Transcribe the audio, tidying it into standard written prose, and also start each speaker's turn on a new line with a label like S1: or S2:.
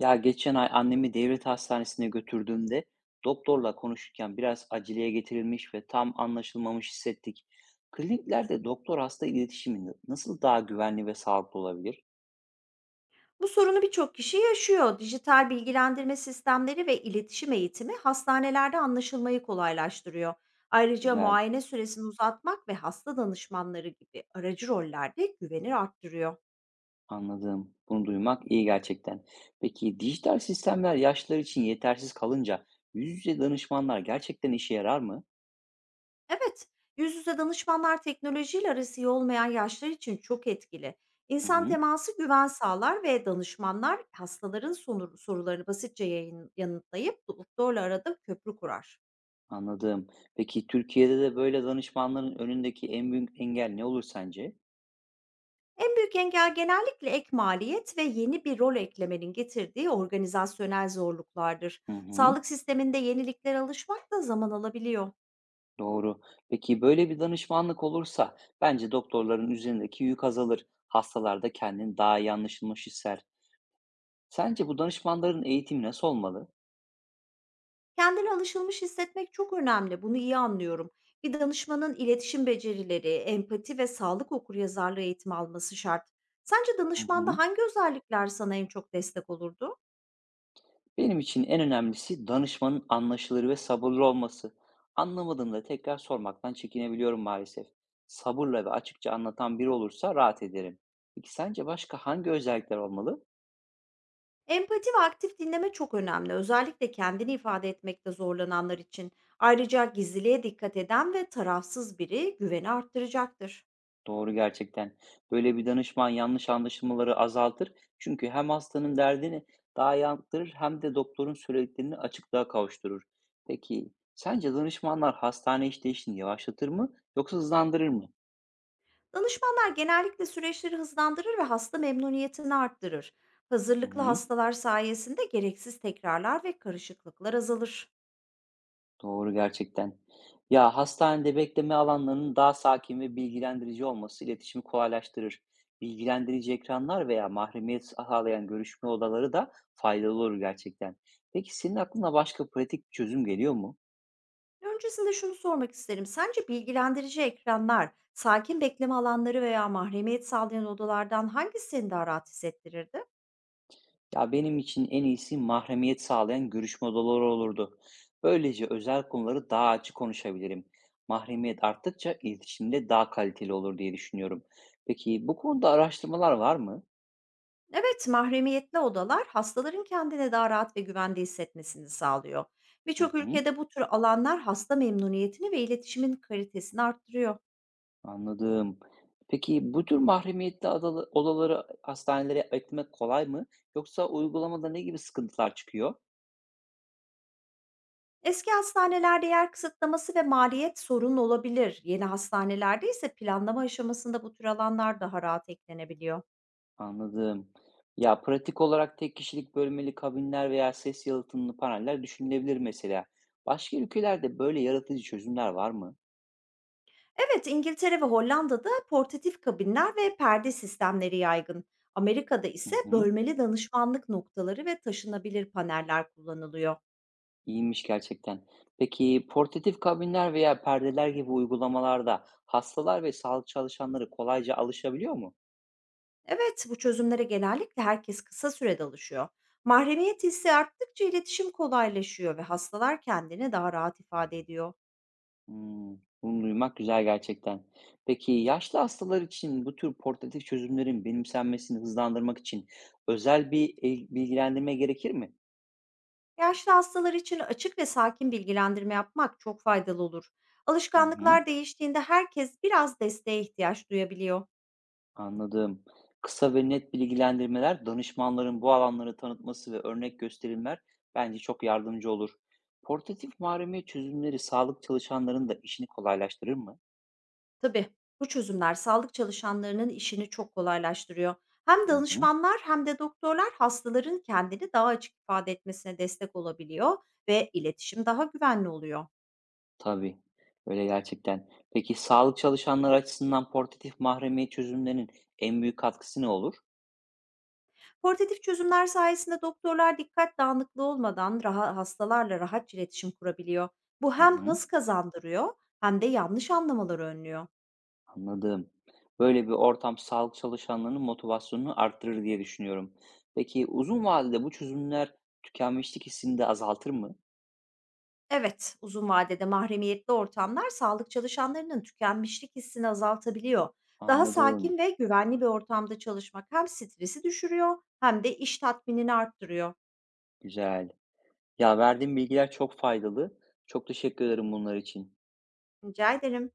S1: Ya geçen ay annemi devlet hastanesine götürdüğümde doktorla konuşurken biraz aceleye getirilmiş ve tam anlaşılmamış hissettik. Kliniklerde doktor hasta iletişimi nasıl daha güvenli ve sağlıklı olabilir?
S2: Bu sorunu birçok kişi yaşıyor. Dijital bilgilendirme sistemleri ve iletişim eğitimi hastanelerde anlaşılmayı kolaylaştırıyor. Ayrıca
S1: Güzel,
S2: muayene süresini uzatmak ve hasta danışmanları gibi aracı rollerde güveni arttırıyor.
S1: anladım. Bunu duymak iyi gerçekten. Peki dijital sistemler yaşlılar için yetersiz kalınca yüz yüze danışmanlar gerçekten işe yarar mı?
S2: Evet, yüz yüze danışmanlar teknolojiyle arası iyi olmayan yaşlar için çok etkili.
S1: Hı
S2: İnsan
S1: hı,
S2: teması güven sağlar ve danışmanlar hastaların sorularını basitçe yanıtlayıp doktorla arada köprü kurar.
S1: anladım. Peki Türkiye'de de böyle danışmanların önündeki en büyük engel ne olur sence?
S2: En büyük engel genellikle ek maliyet ve yeni bir rol eklemenin getirdiği organizasyonel zorluklardır.
S1: Hı hı.
S2: Sağlık sisteminde yeniliklere alışmak da zaman alabiliyor.
S1: Doğru. Peki böyle bir danışmanlık olursa bence doktorların üzerindeki yük azalır. Hastalar da kendini daha iyi anlaşılmış hisser. Sence bu danışmanların eğitimi nasıl olmalı?
S2: Kendini alışılmış hissetmek çok önemli. Bunu iyi anlıyorum. Bir danışmanın iletişim becerileri, empati ve sağlık okuryazarlığı eğitimi alması şart. Sence
S1: Hı
S2: danışmanda
S1: hı.
S2: hangi özellikler sana en çok destek olurdu?
S1: Benim için en önemlisi danışmanın anlaşılır ve sabırlı olması. Anlamadığımda tekrar sormaktan çekinebiliyorum maalesef. Sabırla ve açıkça anlatan biri olursa rahat ederim. Peki sence başka hangi özellikler olmalı?
S2: Empati ve aktif dinleme çok önemli. Özellikle kendini ifade etmekte zorlananlar için. Ayrıca gizliliğe dikkat eden ve tarafsız biri güveni arttıracaktır.
S1: Doğru gerçekten. Böyle bir danışman yanlış anlaşılmaları azaltır. Çünkü hem hastanın derdini daha iyi anlatır hem de doktorun söylediklerini açıklığa kavuşturur. Peki sence danışmanlar hastane işleyişini yavaşlatır mı yoksa hızlandırır mı?
S2: Danışmanlar genellikle süreçleri hızlandırır ve hasta memnuniyetini arttırır.
S1: Hı
S2: Hazırlıklı
S1: hı,
S2: hastalar sayesinde gereksiz tekrarlar ve karışıklıklar azalır.
S1: doğru gerçekten. Ya hastanede bekleme alanlarının daha sakin ve bilgilendirici olması iletişimi kolaylaştırır. Bilgilendirici ekranlar veya mahremiyet sağlayan görüşme odaları da faydalı olur gerçekten. Peki senin aklına başka pratik bir çözüm geliyor mu?
S2: Öncesinde şunu sormak isterim. Sence bilgilendirici ekranlar, sakin bekleme alanları veya mahremiyet sağlayan odalardan hangisini daha rahat hissettirirdi?
S1: Ya benim için en iyisi mahremiyet sağlayan görüşme odaları olurdu. Böylece özel konuları daha açık konuşabilirim. Mahremiyet arttıkça iletişim de daha kaliteli olur diye düşünüyorum. Peki bu konuda araştırmalar var mı?
S2: Evet, mahremiyetli odalar hastaların kendini daha rahat ve güvende hissetmesini sağlıyor.
S1: Hı
S2: Birçok
S1: hı,
S2: ülkede bu tür alanlar hasta memnuniyetini ve iletişimin kalitesini arttırıyor.
S1: anladım. Peki bu tür mahremiyetli odaları hastanelere eklemek kolay mı? Yoksa uygulamada ne gibi sıkıntılar çıkıyor?
S2: Eski hastanelerde yer kısıtlaması ve maliyet sorun olabilir. Yeni hastanelerde ise planlama aşamasında bu tür alanlar daha rahat eklenebiliyor.
S1: Anladım. Ya pratik olarak tek kişilik bölmeli kabinler veya ses yalıtımlı paneller düşünülebilir mesela. Başka ülkelerde böyle yaratıcı çözümler var mı?
S2: Evet, İngiltere ve Hollanda'da portatif kabinler ve perde sistemleri yaygın. Amerika'da
S1: Hı
S2: ise
S1: hı.
S2: bölmeli danışmanlık noktaları ve taşınabilir paneller kullanılıyor.
S1: İyiymiş gerçekten. Peki portatif kabinler veya perdeler gibi uygulamalarda hastalar ve sağlık çalışanları kolayca alışabiliyor mu?
S2: Evet, bu çözümlere genellikle herkes kısa sürede alışıyor. Mahremiyet hissi arttıkça iletişim kolaylaşıyor ve hastalar kendini daha rahat ifade ediyor.
S1: Hmm, bunu duymak güzel gerçekten. Peki yaşlı hastalar için bu tür portatif çözümlerin benimsenmesini hızlandırmak için özel bir bilgilendirme gerekir mi?
S2: Yaşlı hastalar için açık ve sakin bilgilendirme yapmak çok faydalı olur.
S1: Hı hı.
S2: Alışkanlıklar değiştiğinde herkes biraz desteğe ihtiyaç duyabiliyor.
S1: Anladım. Kısa ve net bilgilendirmeler, danışmanların bu alanları tanıtması ve örnek gösterimler bence çok yardımcı olur. Portatif mahremiyet çözümleri sağlık çalışanlarının da işini kolaylaştırır mı?
S2: Tabii bu çözümler sağlık çalışanlarının işini çok kolaylaştırıyor. Hem
S1: Hı hı,
S2: danışmanlar hem de doktorlar hastaların kendini daha açık ifade etmesine destek olabiliyor ve iletişim daha güvenli oluyor.
S1: tabii. Öyle gerçekten. Peki sağlık çalışanları açısından portatif mahremiyet çözümlerinin en büyük katkısı ne olur?
S2: Portatif çözümler sayesinde doktorlar dikkat dağınıklığı olmadan hastalarla rahat iletişim kurabiliyor. Bu
S1: Hı
S2: hem
S1: hı,
S2: hız kazandırıyor hem de yanlış anlamaları önlüyor.
S1: anladım. Böyle bir ortam sağlık çalışanlarının motivasyonunu arttırır diye düşünüyorum. Peki uzun vadede bu çözümler tükenmişlik hissini de azaltır mı?
S2: Evet, uzun vadede mahremiyetli ortamlar sağlık çalışanlarının tükenmişlik hissini azaltabiliyor. Daha
S1: Anladım,
S2: sakin ve güvenli bir ortamda çalışmak hem stresi düşürüyor hem de iş tatminini arttırıyor.
S1: güzel. Ya, verdiğin bilgiler çok faydalı. Çok teşekkür ederim bunlar için.
S2: Rica ederim.